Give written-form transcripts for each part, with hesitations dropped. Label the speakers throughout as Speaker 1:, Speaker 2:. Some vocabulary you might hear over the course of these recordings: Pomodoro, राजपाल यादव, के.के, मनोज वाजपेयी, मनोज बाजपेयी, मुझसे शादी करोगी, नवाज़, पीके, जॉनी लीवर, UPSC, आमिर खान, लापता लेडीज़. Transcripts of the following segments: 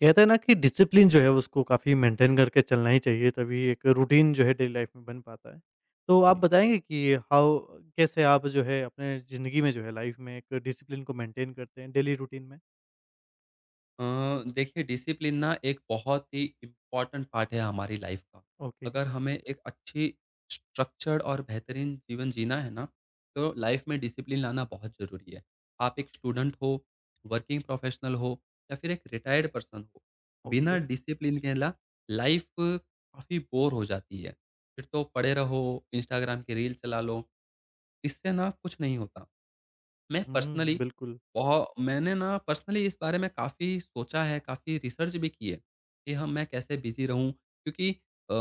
Speaker 1: कहते हैं ना कि discipline जो है उसको काफ़ी मेंटेन करके चलना ही चाहिए तभी एक रूटीन जो है डेली लाइफ में बन पाता है। तो आप
Speaker 2: जी।
Speaker 1: बताएँगे कि हाउ कैसे आप जो है अपने ज़िंदगी में जो है लाइफ में एक डिसिप्लिन को मेंटेन करते हैं डेली रूटीन में?
Speaker 2: अ, देखिए डिसिप्लिन ना एक बहुत ही इम्पोर्टेंट पार्ट है हमारी लाइफ का।
Speaker 1: ओके,
Speaker 2: अगर हमें एक अच्छी स्ट्रक्चर्ड और बेहतरीन जीवन जीना है ना, तो लाइफ में डिसिप्लिन लाना बहुत ज़रूरी है। आप एक स्टूडेंट हो, वर्किंग प्रोफेशनल हो या फिर एक रिटायर्ड पर्सन हो, बिना
Speaker 1: ओके।
Speaker 2: डिसिप्लिन के ना लाइफ काफ़ी बोर हो जाती है। फिर तो पड़े रहो, इंस्टाग्राम की रील चला लो, इससे ना कुछ नहीं होता। मैं पर्सनली
Speaker 1: हुँ, बिल्कुल।
Speaker 2: मैंने ना पर्सनली इस बारे में काफ़ी सोचा है, काफ़ी रिसर्च भी की है, कि हम मैं कैसे बिज़ी रहूँ? क्योंकि अ,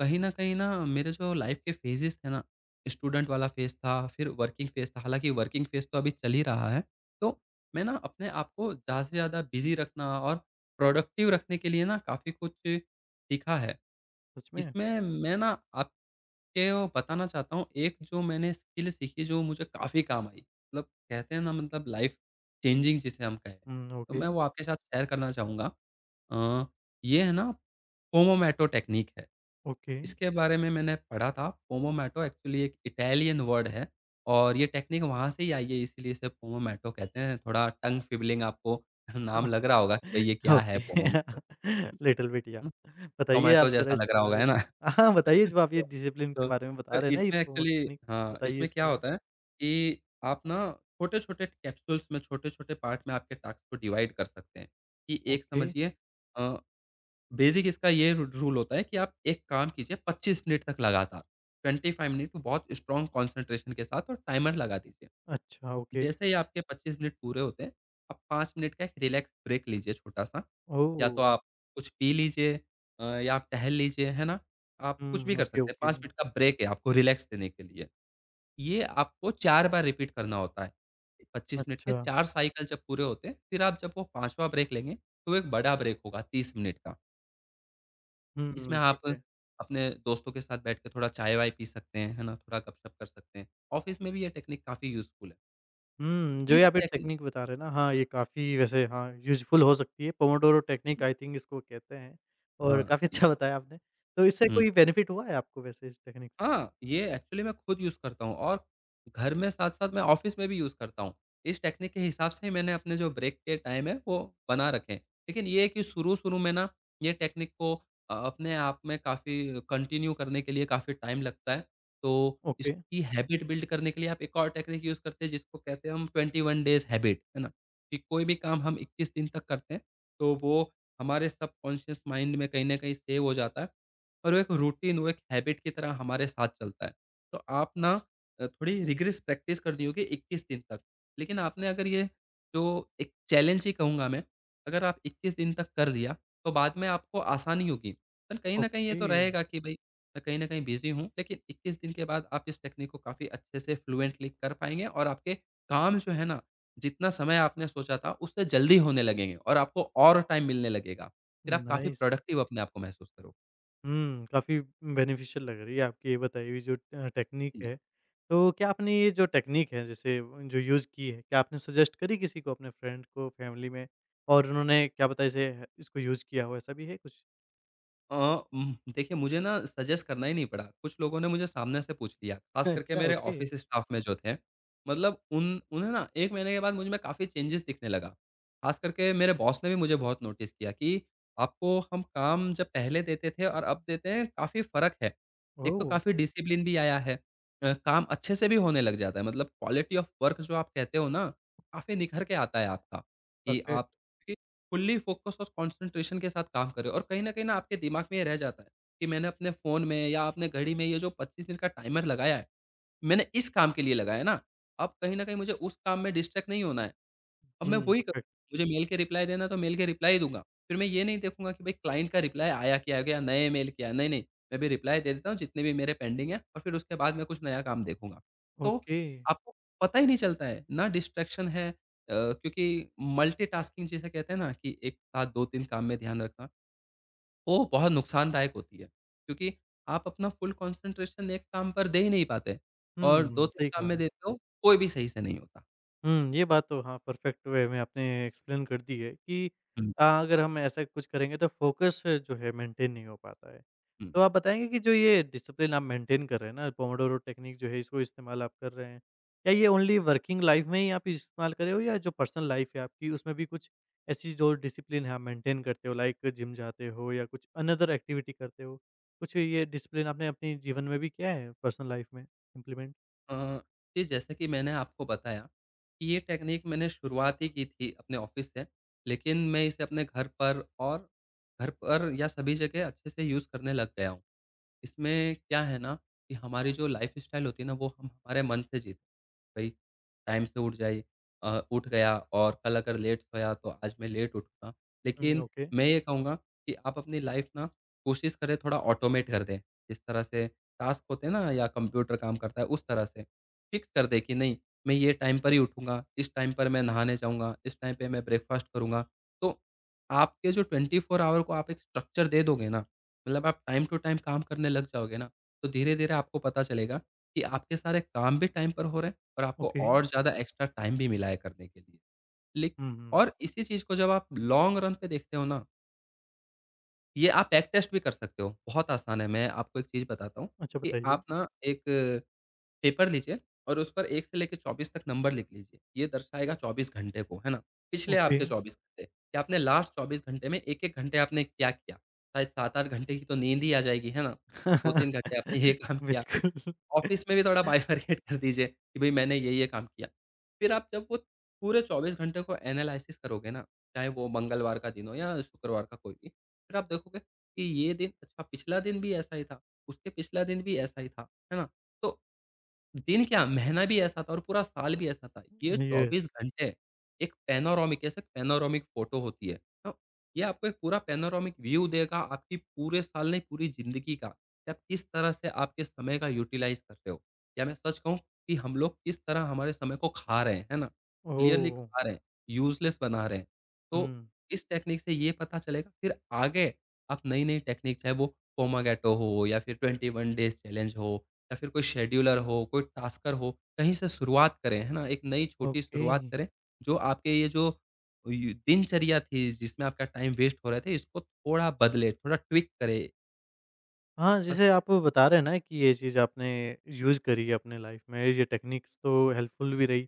Speaker 2: कहीं न कहीं ना मेरे जो लाइफ़ के फेजेज़ थे ना, स्टूडेंट वाला फेज़ था, फिर वर्किंग फेज़ था, हालाँकि वर्किंग फेज़ तो अभी चल ही रहा है। तो मैं ना अपने आप को ज़्यादा से ज़्यादा बिज़ी रखना और प्रोडक्टिव रखने के लिए ना काफ़ी कुछ सीखा है।
Speaker 1: सच में?
Speaker 2: इसमें मैं ना आप ये वो बताना चाहता हूँ, एक जो मैंने स्किल सीखी जो मुझे काफ़ी काम आई। मतलब कहते हैं ना मतलब लाइफ़ चेंजिंग जिसे हम कहें,
Speaker 1: हुँ,
Speaker 2: तो
Speaker 1: ओके,
Speaker 2: मैं वो आपके साथ शेयर करना चाहूँगा। अ, ये है ना पोमोमैटो टेक्नीक है,
Speaker 1: ओके।
Speaker 2: इसके बारे में मैंने पढ़ा था। पोमोमैटो एक्चुअली एक इटालियन वर्ड है और ये टेक्नीक वहाँ से ही आई है इसीलिए इसे पोमोमैटो कहते हैं। थोड़ा टंग फिबलिंग आपको नाम
Speaker 1: हाँ,
Speaker 2: लग रहा होगा कि भई ये क्या है
Speaker 1: ओके।
Speaker 2: पोमोमैटो, है
Speaker 1: लिटिल बिट या।
Speaker 2: ना?
Speaker 1: बताइए
Speaker 2: टोमेटो
Speaker 1: आप ज़रा
Speaker 2: जैसा लग
Speaker 1: इसके
Speaker 2: रहा होगा,
Speaker 1: बारे
Speaker 2: है ना?
Speaker 1: में? हाँ, बताइए जो आप ये
Speaker 2: हुआ।
Speaker 1: डिसिप्लिन
Speaker 2: तो
Speaker 1: के बारे में बता रहे हैं ना ये
Speaker 2: इसमें
Speaker 1: पोमो
Speaker 2: एक्चुअली
Speaker 1: टेक्निक
Speaker 2: हाँ,
Speaker 1: बताइए
Speaker 2: इसमें क्या
Speaker 1: इसके बारे में?
Speaker 2: होता है कि आप ना छोटे-छोटे कैप्सूल्स में, छोटे-छोटे पार्ट में आपके टास्क को डिवाइड कर सकते हैं, कि एक
Speaker 1: ओके,
Speaker 2: समझिए अ, बेसिक इसका ये रू रूल होता है कि आप एक काम कीजिए 25 मिनट तक लगातार, 25 मिनट बहुत स्ट्रॉन्ग कंसंट्रेशन के साथ और टाइमर लगा दीजिए।
Speaker 1: अच्छा ओके।
Speaker 2: जैसे ही आपके 25 मिनट पूरे होते हैं, आप 5 मिनट का एक रिलैक्स ब्रेक लीजिए छोटा-सा। या तो
Speaker 1: ओह!
Speaker 2: आप कुछ पी लीजिए या आप टहल लीजिए, है ना? आप कुछ भी
Speaker 1: हुँ,
Speaker 2: कर
Speaker 1: ओके,
Speaker 2: सकते हैं,
Speaker 1: ओके।
Speaker 2: 5 मिनट का ब्रेक है आपको रिलैक्स देने के लिए। ये आपको 4 बार रिपीट करना होता है। 25 मिनट के
Speaker 1: अच्छा।
Speaker 2: 4 साइकिल जब पूरे होते हैं, फिर आप जब वो 5वाँ ब्रेक लेंगे, तो वो एक बड़ा ब्रेक होगा 30 मिनट का।
Speaker 1: हुँ, हुँ,
Speaker 2: इसमें आप
Speaker 1: ठीक है।
Speaker 2: अपने दोस्तों के साथ बैठ के थोड़ा चाय-वाय पी सकते हैं, है ना? थोड़ा गपशप कर सकते हैं। ऑफ़िस में भी ये टेक्नीक काफ़ी यूज़फुल है।
Speaker 1: हुँ, जो ये
Speaker 2: इस
Speaker 1: आप एक
Speaker 2: टेक्नी
Speaker 1: टेक्नीक बता रहे हैं ना, हाँ, ये काफ़ी वैसे हाँ, यूज़फुल हो सकती है। पोमोडोरो टेक्नीक आई थिंक इसको कहते हैं और
Speaker 2: हाँ
Speaker 1: काफ़ी
Speaker 2: जी।
Speaker 1: अच्छा बताया आपने। तो इससे
Speaker 2: हुँ।
Speaker 1: कोई बेनिफिट हुआ है आपको वैसे इस टेक्नीक से?
Speaker 2: हाँ, ये एक्चुअली मैं खुद यूज़ करता हूँ और घर में साथ-साथ मैं ऑफ़िस में भी यूज़ करता हूँ। इस टेक्निक के हिसाब से ही मैंने अपने जो ब्रेक के टाइम है वो बना रखे हैं। लेकिन ये है कि शुरू-शुरू में ना ये टेक्निक को अपने आप में काफ़ी कंटिन्यू करने के लिए काफ़ी टाइम लगता है। तो
Speaker 1: ओके,
Speaker 2: इसकी हैबिट बिल्ड करने के लिए आप एक और टेक्निक यूज़ करते हैं जिसको कहते हैं हम 21 डेज़ हैबिट, है ना? कि कोई भी काम हम 21 दिन तक करते हैं, तो वो हमारे सबकॉन्शियस माइंड में कहीं न कहीं सेव हो जाता है। और वो एक रूटीन, वो एक हैबिट की तरह हमारे साथ चलता है। तो आप ना थोड़ी रिग्रेस प्रैक्टिस करनी होगी 21 दिन तक। लेकिन आपने अगर ये जो एक चैलेंज ही कहूँगा मैं, अगर आप 21 दिन तक कर लिया, तो बाद में आपको आसानी होगी। पर कहीं न कहीं ये
Speaker 1: ओके।
Speaker 2: तो रहेगा कि भई, मैं कहीं न कहीं बिज़ी हूँ, लेकिन 21 दिन के बाद आप इस टेक्निक को काफ़ी अच्छे से फ्लुएंटली कर पाएँगे और आपके काम जो है ना, जितना समय आपने सोचा था, उससे जल्दी होने लगेंगे और आपको और टाइम मिलने लगेगा। फिर आप काफ़ी
Speaker 1: नाइस।
Speaker 2: प्रोडक्टिव अपने आप को महसूस करोगे।
Speaker 1: हुँ, काफ़ी बेनिफिशियल लग रही है आपकी ये बताई हुई जो टेक्नीक
Speaker 2: जी।
Speaker 1: है। तो क्या आपने ये जो टेक्नीक है जैसे जो यूज़ की है, क्या आपने सजेस्ट करी किसी को अपने फ्रेंड को, फैमिली में और उन्होंने क्या पता इसे इसको यूज़ किया हो ऐसा भी है कुछ?
Speaker 2: अ, देखिए मुझे ना सजेस्ट करना ही नहीं पड़ा, कुछ लोगों ने मुझे सामने से पूछ लिया, ख़ास करके
Speaker 1: अच्छा
Speaker 2: मेरे
Speaker 1: ओके,
Speaker 2: ऑफ़िस स्टाफ़ में जो थे। मतलब उन उन्हें ना 1 महीने के बाद मुझ में काफ़ी चेंजेस दिखने लगा। ख़ास करके मेरे बॉस ने भी मुझे बहुत नोटिस किया कि आपको हम काम जब पहले देते थे और अब देते हैं, काफ़ी फ़र्क है। एक तो
Speaker 1: ओह!
Speaker 2: काफ़ी डिसिप्लिन भी आया है। काम अच्छे से भी होने लग जाता है, मतलब क्वालिटी ऑफ़ वर्क जो आप कहते हो ना, काफ़ी निखर के आता है आपका, कि
Speaker 1: परफेक्ट
Speaker 2: आप फुल्ली फ़ोकस और कॉन्सन्ट्रेशन के साथ काम करें और कहीं न कहीं ना आपके दिमाग में ये रह जाता है कि मैंने अपने फ़ोन में या अपने घड़ी में ये जो 25 मिनट का टाइमर लगाया है, मैंने इस काम के लिए लगाया है ना। अब कहीं न कहीं मुझे उस काम में डिस्ट्रैक्ट नहीं होना है। अब मैं
Speaker 1: हुँ,
Speaker 2: वही करूँ,
Speaker 1: परफेक्ट
Speaker 2: मुझे मेल के रिप्लाई देना है, तो मेल के रिप्लाई दूँगा। फिर मैं ये नहीं देखूँगा कि भाई क्लाइंट का रिप्लाई आया क्या गया, नए मेल क्या नहीं, नहीं, मैं भी रिप्लाई दे देता हूँ जितने भी मेरे पेंडिंग हैं और फिर उसके बाद मैं कुछ नया काम देखूँगा। तो
Speaker 1: ओके।
Speaker 2: आपको पता ही नहीं चलता है, ना डिस्ट्रैक्शन है क्योंकि मल्टीटास्किंग जिसे कहते हैं ना कि एक साथ 2-3 काम में ध्यान रखना, वो बहुत नुकसानदायक होती है। क्योंकि आप अपना फुल कंसंट्रेशन एक काम पर दे ही नहीं पाते और
Speaker 1: हुँ,
Speaker 2: 2-3
Speaker 1: सही
Speaker 2: काम में
Speaker 1: कहा।
Speaker 2: देते हो, कोई भी सही से नहीं होता।
Speaker 1: हुँ, ये बात तो हाँ, परफेक्ट वे में आपने एक्सप्लेन कर दी है कि
Speaker 2: हुँ,
Speaker 1: अगर हम ऐसा कुछ करेंगे तो फ़ोकस जो है मेंटेन नहीं हो पाता है।
Speaker 2: हुँ।
Speaker 1: तो आप बताएँगे कि जो ये डिसिप्लिन आप मेंटेन कर रहे हैं ना, पोमोडोरो टेक्निक जो है इसको इस्तेमाल आप कर रहे हैं, क्या ये ओनली वर्किंग लाइफ़ में ही आप इस्तेमाल कर रहे हो या जो पर्सनल लाइफ़ है आपकी उसमें भी कुछ ऐसी जो डिसिप्लिन है आप मेंटेन करते हो लाइक जिम जाते हो या कुछ अनदर एक्टिविटी करते हो? कुछ ये डिसिप्लिन आपने अपने जीवन में भी किया है पर्सनल लाइफ़ में इम्प्लीमेंट?
Speaker 2: अ, जी, जैसे कि मैंने आपको बताया कि ये टेक्नीक मैंने शुरुआत ही की थी अपने ऑफ़िस से, लेकिन मैं इसे अपने घर पर और घर पर या सभी जगह अच्छे से यूज़ करने लग गया हूँ। इसमें क्या है ना कि हमारी जो लाइफ़स्टाइल होती है ना, वो हम हमारे मन से जीते। भाई टाइम से उठ जाइए उठ गया और कल अगर लेट सोया तो आज मैं लेट उठूँगा।
Speaker 1: हुँ,
Speaker 2: लेकिन
Speaker 1: ओके,
Speaker 2: मैं ये कहूँगा कि आप अपनी लाइफ़ ना कोशिश करें थोड़ा ऑटोमेट कर दें। जिस तरह से टास्क होते हैं ना या कंप्यूटर काम करता है उस तरह से। फ़िक्स कर दें कि नहीं मैं ये टाइम पर ही उठूँगा, इस टाइम पर मैं नहाने जाऊँगा, इस टाइम पे मैं ब्रेकफ़ास्ट करूँगा। तो आपके जो 24 आवर को आप एक स्ट्रक्चर दे दोगे ना मतलब आप टाइम टू टाइम काम करने लग जाओगे ना, तो धीरे-धीरे आपको पता चलेगा कि आपके सारे काम भी टाइम पर हो रहे हैं और आपको
Speaker 1: ओके।
Speaker 2: और ज़्यादा एक्स्ट्रा टाइम भी मिला है करने के लिए। लेक
Speaker 1: हुँ, हुँ।
Speaker 2: और इसी चीज़ को जब आप लॉन्ग रन पे देखते हो ना, ये आप बैक टेस्ट भी कर सकते हो। बहुत आसान है, मैं आपको एक चीज़ बताता हूँ
Speaker 1: अच्छा
Speaker 2: कि
Speaker 1: बताइए।
Speaker 2: आप ना एक पेपर लीजिए और उस पर 1 से लेके 24 तक नंबर लिख लीजिए। ये दर्शाएगा 24 घंटे को, है ना? पिछले
Speaker 1: ओके।
Speaker 2: आपके 24 घंटे कि आपने लास्ट 24 घंटे में 1-1 घंटे आपने क्या किया? शायद 7-8 घंटे की तो नींद ही आ जाएगी, है ना? 2-3 घंटे आपने ये काम किया।
Speaker 1: बिल्कुल।
Speaker 2: ऑफ़िस में भी थोड़ा बाइफरकेट कर दीजिए कि भई मैंने ये-ये काम किया। फिर आप जब वो पूरे 24 घंटे को एनालाइसिस करोगे ना, चाहे वो मंगलवार का दिन हो या शुक्रवार का कोई भी, फिर आप देखोगे कि ये दिन अच्छा पिछला दिन भी ऐसा ही था, उसके पिछला दिन भी ऐसा ही था, है ना? तो दिन क्या महीना भी ऐसा था और पूरा साल भी ऐसा था। ये
Speaker 1: ये
Speaker 2: 24 घंटे एक पैनोरामिक ऐसे पैनोरामिक फ़ोटो होती है। तो ये आपको एक पूरा पैनोरामिक व्यू देगा आपकी पूरे साल नहीं पूरी ज़िंदगी का। कि आप किस तरह से आपके समय का यूटिलाइज़ कर रहे हो। या मैं सच कहूँ कि हम लोग किस तरह हमारे समय को खा रहे हैं, है ना? क्लियरली
Speaker 1: ओह!
Speaker 2: खा रहे हैं, यूज़लेस बना रहे हैं। तो
Speaker 1: हुँ,
Speaker 2: इस टेक्निक से ये पता चलेगा फिर आगे आप नई-नई टेक्निक चाहे वो पोमागैट्रो हो या फिर 21 डेज़ चैलेंज हो या फिर कोई शेड्यूलर हो, कोई टास्कर हो, कहीं से शुरुआत करें, है ना? एक नई छोटी
Speaker 1: ओके।
Speaker 2: शुरुआत करें, जो आपके ये जो यू दिनचर्या थी, जिसमें आपका टाइम वेस्ट हो रहे थे, इसको थोड़ा बदले, थोड़ा ट्विक करे।
Speaker 1: हाँ,
Speaker 2: बस
Speaker 1: जैसे आप बता रहे हैं ना कि ये चीज़ आपने यूज़ करी है अपने लाइफ़ में, ये टेक्निक्स तो हेल्पफुल भी रही।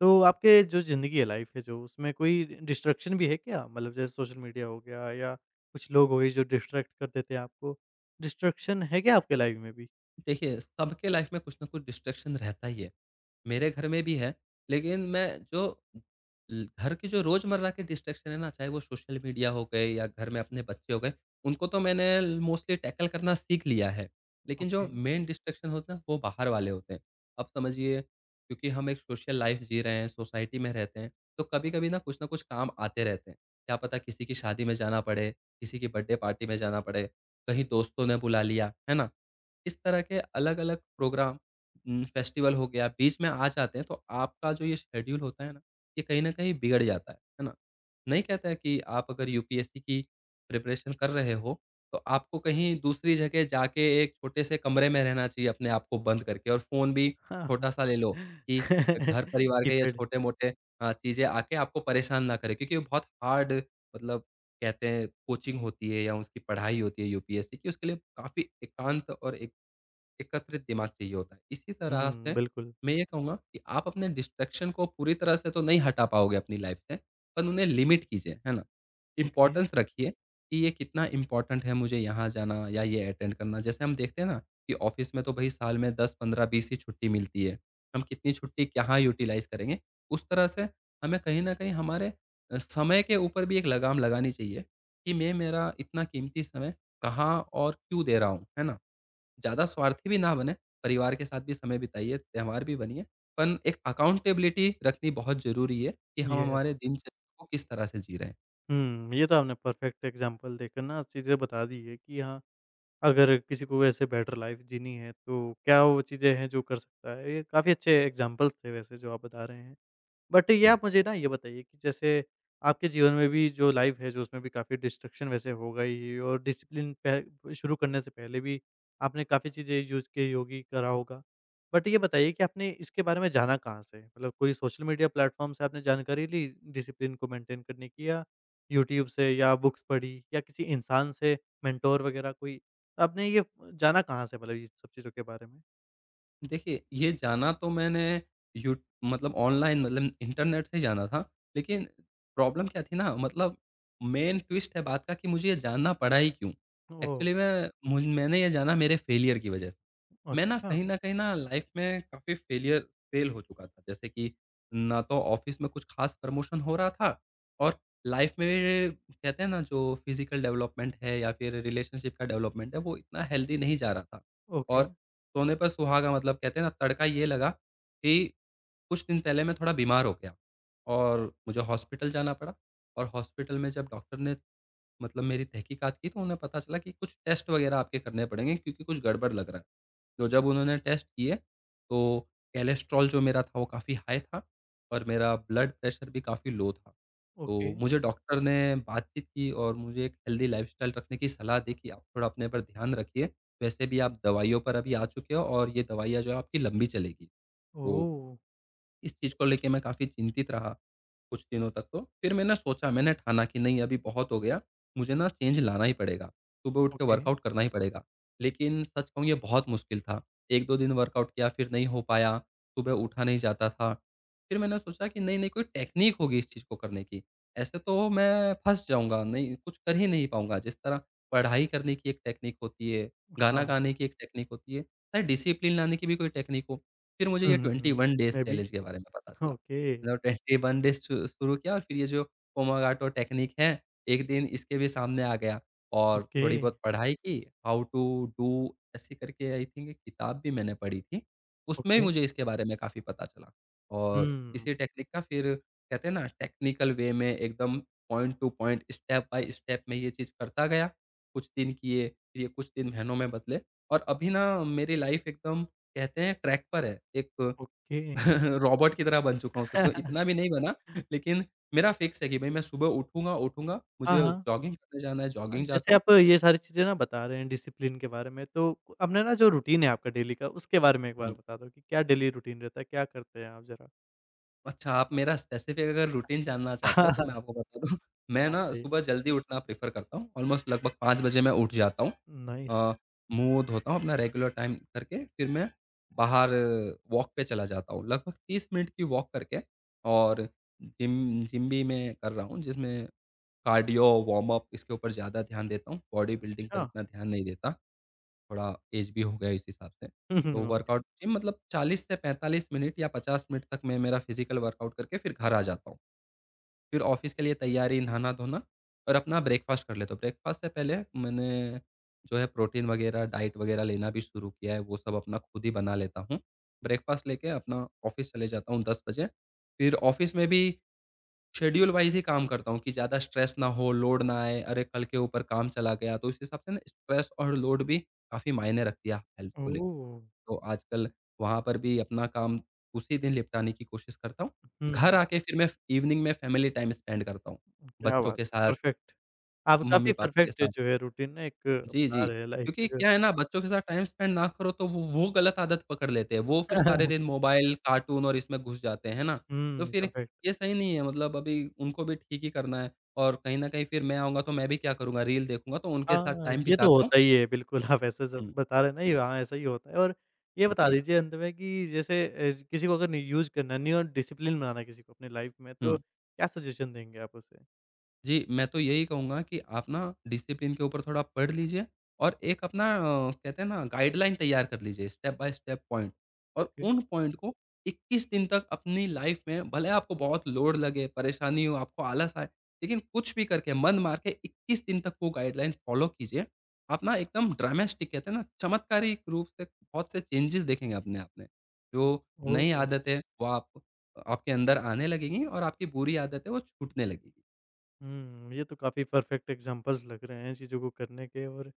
Speaker 1: तो आपके जो ज़िंदगी है, लाइफ़ है जो, उसमें कोई डिस्ट्रैक्शन भी है क्या? मतलब जैसे सोशल मीडिया हो गया या कुछ लोग हो गए जो डिस्ट्रैक्ट कर देते हैं आपको। डिस्ट्रैक्शन है क्या आपके लाइफ़ में भी?
Speaker 2: देखिए, सबके लाइफ़ में कुछ ना कुछ डिस्ट्रैक्शन रहता ही है। मेरे घर में भी है, लेकिन मैं जो ल घर की जो रोज़मर्रा के डिस्ट्रैक्शन है ना, चाहे वो सोशल मीडिया हो गए या घर में अपने बच्चे हो गए, उनको तो मैंने मोस्टली टैकल करना सीख लिया है। लेकिन जो
Speaker 1: ओके।
Speaker 2: मेन डिस्ट्रैक्शन होते हैं, वो बाहर वाले होते हैं। अब समझिए क्योंकि हम एक सोशल लाइफ़ जी रहे हैं, सोसाइटी में रहते हैं, तो कभी-कभी ना कुछ काम आते रहते हैं। क्या पता किसी की शादी में जाना पड़े, किसी की बर्थडे पार्टी में जाना पड़े, कहीं दोस्तों ने बुला लिया, है ना? इस तरह के अलग-अलग प्रोग्राम फेस्टिवल हो गया, बीच में आ जाते हैं, तो आपका जो ये शेड्यूल होता है ना, ये कहीं न कहीं बिगड़ जाता है ना? नहीं कहते हैं कि आप अगर यूपीएससी की प्रिपरेशन कर रहे हो, तो आपको कहीं दूसरी जगह जाके एक छोटे से कमरे में रहना चाहिए, अपने आप को बंद करके, और फ़ोन भी
Speaker 1: हाँ, हाँ।
Speaker 2: छोटा-सा ले लो कि घर-परिवार के ये
Speaker 1: कीपैड
Speaker 2: छोटे-मोटे चीज़ें आके आपको परेशान ना करें, क्योंकि वो बहुत हार्ड, मतलब कहते हैं, कोचिंग होती है या उसकी पढ़ाई होती है यूपीएससी की, उसके लिए काफ़ी एकांत और एक एकत्रित दिमाग चाहिए होता है। इसी तरह
Speaker 1: हुँ,
Speaker 2: से
Speaker 1: बिल्कुल।
Speaker 2: मैं ये कहूँगा कि आप अपने डिस्ट्रैक्शन को पूरी तरह से तो नहीं हटा पाओगे अपनी लाइफ़ से, पर उन्हें लिमिट कीजिए, है ना?
Speaker 1: ओके,
Speaker 2: इम्पोर्टेंस रखिए कि ये कितना इम्पोर्टेंट है, मुझे यहाँ जाना या ये अटेंड करना। जैसे हम देखते हैं ना कि ऑफ़िस में तो भई, साल में 10, 15, 20 ही छुट्टी मिलती है। हम कितनी छुट्टी कहाँ यूटिलाइज़ करेंगे? उस तरह से हमें कहीं न कहीं हमारे समय के ऊपर भी एक लगाम लगानी चाहिए कि मैं मेरा इतना कीमती समय कहाँ और क्यों दे रहा हूँ, है ना? ज़्यादा स्वार्थी भी ना बने, परिवार के साथ भी समय बिताइए, त्यौहार भी बनिए, पण एक अकाउंटेबिलिटी रखनी बहुत ज़रूरी है कि हम
Speaker 1: यस।
Speaker 2: हमारे दिनचर्या को किस तरह से जी रहे हैं।
Speaker 1: हुँ, ये तो आपने परफेक्ट एग्ज़ाम्पल देकर ना चीज़ें बता दी है कि हाँ, अगर किसी को वैसे बेटर लाइफ़ जीनी है, तो क्या वो चीज़ें हैं जो कर सकता है। ये काफ़ी अच्छे एग्ज़ाम्पल्स थे वैसे जो आप बता रहे हैं। बट ये
Speaker 2: जी।
Speaker 1: आप मुझे ना ये बताइए कि जैसे आपके जीवन में भी जो लाइफ है, जो उसमें भी काफ़ी डिस्ट्रैक्शन वैसे हो गई और डिसिप्लिन पह शुरू करने से पहले भी आपने काफ़ी चीज़ें यूज़ की होगी, करा होगा। बट ये बताइए कि आपने इसके बारे में जाना कहाँ से? मतलब कोई सोशल मीडिया प्लेटफ़ॉर्म से आपने जानकारी ली डिसिप्लिन को मेंटेन करने की या यूट्यूब से या बुक्स पढ़ी या किसी इंसान से मेंटोर वगैरह कोई? आपने ये जाना कहाँ से मतलब ये सब चीज़ों के बारे में?
Speaker 2: देखिए, ये जाना तो मैंने यू मतलब ऑनलाइन, मतलब इंटरनेट से जाना था, लेकिन प्रॉब्लम क्या थी ना, मतलब मेन ट्विस्ट है बात का कि मुझे ये जानना पड़ा ही क्यों?
Speaker 1: ओह!
Speaker 2: एक्चुअली मैंने ये जाना मेरे फेलियर की वजह से। मैं ना
Speaker 1: अच्छा।
Speaker 2: कहीं न कहीं ना लाइफ़ में काफ़ी फेल हो चुका था। जैसे कि ना तो ऑफ़िस में कुछ ख़ास प्रमोशन हो रहा था, और लाइफ़ में कहते हैं ना, जो फ़िज़िकल डेवलपमेंट है या फिर रिलेशनशिप का डेवलपमेंट है, वो इतना हेल्दी नहीं जा रहा था। और
Speaker 1: ओके,
Speaker 2: सोने पर सुहागा, मतलब कहते हैं ना, तड़का ये लगा कि कुछ दिन पहले मैं थोड़ा बीमार हो गया और मुझे हॉस्पिटल जाना पड़ा, और हॉस्पिटल में जब डॉक्टर ने, मतलब मेरी तहकीकात की, तो उन्हें पता चला कि कुछ टेस्ट वग़ैरह आपके करने पड़ेंगे, क्योंकि कुछ गड़बड़ लग रहा है। तो जब उन्होंने टेस्ट किए, तो कोलेस्ट्रॉल जो मेरा था वो काफ़ी हाई था, और मेरा ब्लड प्रेशर भी काफ़ी लो था। तो
Speaker 1: ओके।
Speaker 2: मुझे डॉक्टर ने बातचीत की और मुझे एक हेल्दी लाइफ़स्टाइल रखने की सलाह दी कि आप थोड़ा अपने पर ध्यान रखिए। वैसे भी आप दवाइयों पर अभी आ चुके हो और ये दवाइयाँ जो है आपकी लंबी चलेगी। तो
Speaker 1: ओह!
Speaker 2: इस चीज़ को लेके मैं काफ़ी चिंतित रहा कुछ दिनों तक तो। फिर मैंने सोचा, मैंने ठाना कि नहीं, अभी बहुत हो गया, मुझे ना चेंज लाना ही पड़ेगा। सुबह उठ के
Speaker 1: ओके।
Speaker 2: वर्कआउट करना ही पड़ेगा। लेकिन सच कहूँ, ये बहुत मुश्किल था। 1-2 दिन वर्कआउट किया, फिर नहीं हो पाया, सुबह उठा नहीं जाता था। फिर मैंने सोचा कि नहीं, नहीं, कोई टेक्नीक होगी इस चीज़ को करने की। ऐसे तो मैं फँस जाऊँगा, नहीं कुछ कर ही नहीं पाऊँगा। जिस तरह पढ़ाई करने की एक टेक्नीक होती है, गाना
Speaker 1: हाँ।
Speaker 2: गाने की एक टेक्नीक होती है, शायद डिसिप्लिन लाने की भी कोई टेक्नीक हो। फिर मुझे
Speaker 1: हुँ,
Speaker 2: ये
Speaker 1: हुँ, हुँ।
Speaker 2: 21 डेज़
Speaker 1: मैं भी
Speaker 2: चैलेंज के बारे में पता चला।
Speaker 1: ओके,
Speaker 2: मतलब 21 डेज़ शु शुरू किया, और फिर ये जो पोमोगाटो टेक्निक है, एक दिन इसके भी सामने आ गया, और
Speaker 1: ओके,
Speaker 2: थोड़ी बहुत पढ़ाई की, हाउ टू डू ऐसे करके, आई थिंक एक किताब भी मैंने पढ़ी थी। उसमें भी
Speaker 1: ओके।
Speaker 2: मुझे इसके बारे में काफ़ी पता चला, और
Speaker 1: हुँ,
Speaker 2: इसी टेक्निक का फिर, कहते हैं ना, टेक्निकल वे में एकदम point to point, step by step मैं ये चीज़ करता गया। कुछ दिन किए, फिर ये कुछ दिन महीनों में बदले, और अभी ना मेरी लाइफ़ एकदम, कहते हैं, ट्रैक पर है। एक
Speaker 1: ओके।
Speaker 2: रोबोट की तरह बन चुका हूँ सच में, इतना भी नहीं बना, लेकिन मेरा फिक्स है कि भई मैं सुबह उठूँगा, उठूँगा,
Speaker 1: हाँ,
Speaker 2: मुझे
Speaker 1: हाँ।
Speaker 2: जॉगिंग करने जाना है, जॉगिंग जाता
Speaker 1: जैसे
Speaker 2: हूँ।
Speaker 1: आप ये सारी चीज़ें ना बता रहे हैं डिसिप्लिन के बारे में, तो अब ना ना जो रूटीन है आपका डेली का, उसके बारे में एक बार
Speaker 2: हुँ।
Speaker 1: बता दो कि क्या डेली रूटीन रहता है? क्या करते हैं आप ज़रा?
Speaker 2: अच्छा, आप मेरा स्पेसिफ़िक अगर रूटीन जानना चाहते हो तो मैं आपको बता दूँ, मैं
Speaker 1: आप
Speaker 2: ना
Speaker 1: बताइए।
Speaker 2: सुबह जल्दी उठना प्रेफ़र करता हूँ। ऑलमोस्ट लगभग 5 बजे मैं उठ जाता हूँ।
Speaker 1: नाइस।
Speaker 2: अ, मुँह धोता हूँ अपना रेगुलर टाइम करके, फिर मैं बाहर वॉक पे चला जाता हूँ। लगभग 30 मिनट की वॉक करके, और जिम जिम भी मैं कर रहा हूँ, जिसमें कार्डियो, वार्म अप, इसके ऊपर ज़्यादा ध्यान देता हूँ, बॉडी बिल्डिंग पर
Speaker 1: अच्छा।
Speaker 2: इतना ध्यान नहीं देता, थोड़ा एज भी हो गया इस हिसाब से।
Speaker 1: हुँ, हुँ,
Speaker 2: तो
Speaker 1: ओके।
Speaker 2: वर्कआउट जिम मतलब 40 से 45 मिनट या 50 मिनट तक मैं मेरा फिज़िकल वर्कआउट करके फिर घर आ जाता हूँ। फिर ऑफ़िस के लिए तैयारी, नहाना-धोना और अपना ब्रेकफ़ास्ट कर लेता हूँ। ब्रेकफ़ास्ट से पहले मैंने जो है प्रोटीन वगैरह, डाइट वगैरह लेना भी शुरू किया है, वो सब अपना खुद ही बना लेता हूँ। ब्रेकफ़ास्ट लेके अपना ऑफ़िस चले जाता हूँ 10 बजे, फिर ऑफ़िस में भी शेड्यूल वाइज़ ही काम करता हूँ कि ज़्यादा स्ट्रेस ना हो, लोड ना आए, अरे, कल के ऊपर काम चला गया, तो इस हिसाब से ना स्ट्रेस और लोड भी काफ़ी मायने रखती है हेल्थ को लेके।
Speaker 1: ओह!
Speaker 2: तो आजकल वहाँ पर भी अपना काम उसी दिन निपटाने की कोशिश करता हूँ। घर
Speaker 1: हुँ,
Speaker 2: आके फिर मैं इवनिंग में फैमिली टाइम स्पेंड करता हूँ,
Speaker 1: क्या
Speaker 2: बच्चों
Speaker 1: बात
Speaker 2: के
Speaker 1: है।
Speaker 2: साथ,
Speaker 1: परफेक्ट। आप काफ़ी
Speaker 2: मम्मी-पापा के
Speaker 1: परफेक्ट
Speaker 2: साथ।
Speaker 1: जो है रूटीन ना एक
Speaker 2: जी, जी।
Speaker 1: अपना रहे हैं लाइफ
Speaker 2: क्योंकि
Speaker 1: में जो
Speaker 2: क्या है ना, बच्चों के साथ टाइम स्पेंड ना करो तो वो गलत आदत पकड़ लेते हैं। वो फिर सारे दिन मोबाइल, कार्टून और इसमें घुस जाते हैं, है ना? तो
Speaker 1: हुँ,
Speaker 2: फिर
Speaker 1: परफेक्ट।
Speaker 2: ये सही नहीं है, मतलब अभी उनको भी ठीक ही करना है, और कहीं न कहीं फिर मैं आऊँगा तो मैं भी क्या करूँगा, रील देखूँगा, तो उनके साथ
Speaker 1: हाँ,
Speaker 2: टाइम
Speaker 1: ये तो
Speaker 2: बिताता हूँ।
Speaker 1: होता ही है बिल्कुल आप ऐसे सब
Speaker 2: हुँ,
Speaker 1: बता रहे हैं ना ये
Speaker 2: हुँ।
Speaker 1: हाँ, ऐसा ही होता है और ये बता
Speaker 2: जी,
Speaker 1: दीजिए अंत में कि जैसे किसी को अगर नहीं यूज़ करना नहीं और डिसिप्लिन बनाना है किसी को अपनी लाइफ़ में
Speaker 2: हुँ।
Speaker 1: तो क्या सजेशन देंगे आप उसे?
Speaker 2: जी, मैं तो यही कहूँगा कि आप ना डिसिप्लिन के ऊपर थोड़ा पढ़ लीजिए, और एक अपना कहते हैं ना, गाइडलाइन तैयार कर लीजिए, स्टेप बाय स्टेप पॉइंट, और
Speaker 1: ओके,
Speaker 2: उन पॉइंट को 21 दिन तक अपनी लाइफ में, भले आपको बहुत लोड लगे, परेशानी हो, आपको आलस आए, लेकिन कुछ भी करके मन मार के 21 दिन तक वो गाइडलाइन फॉलो कीजिए। आप ना एकदम ड्रामेस्टिक, कहते हैं ना, चमत्कारिक रूप से बहुत से चेंजेस देखेंगे अपने आप में। जो
Speaker 1: ओह!
Speaker 2: नई आदतें वो आप आपके अंदर आने लगेंगी, और आपकी बुरी आदतें वो छूटने लगेगी।
Speaker 1: हुँ, ये तो काफ़ी परफेक्ट एग्ज़ाम्पल्स लग रहे हैं चीज़ों को करने के और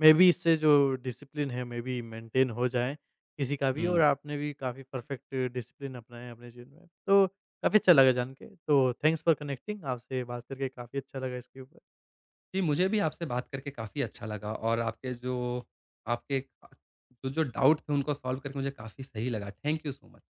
Speaker 1: मे बी इससे जो डिसिप्लिन है मे बी मेंटेन हो जाए किसी का भी और
Speaker 2: हुँ।
Speaker 1: आपने भी काफ़ी परफेक्ट डिसिप्लिन अपनाया है अपने जीवन में। तो काफ़ी अच्छा लगा जान के, तो थैंक्स फॉर कनेक्टिंग आपसे बात करके काफ़ी अच्छा लगा इसके ऊपर।
Speaker 2: जी, मुझे भी आपसे बात करके काफ़ी अच्छा लगा, और आपके जो जो डाउट थे उनको सॉल्व करके मुझे काफ़ी सही लगा। Thank you so much.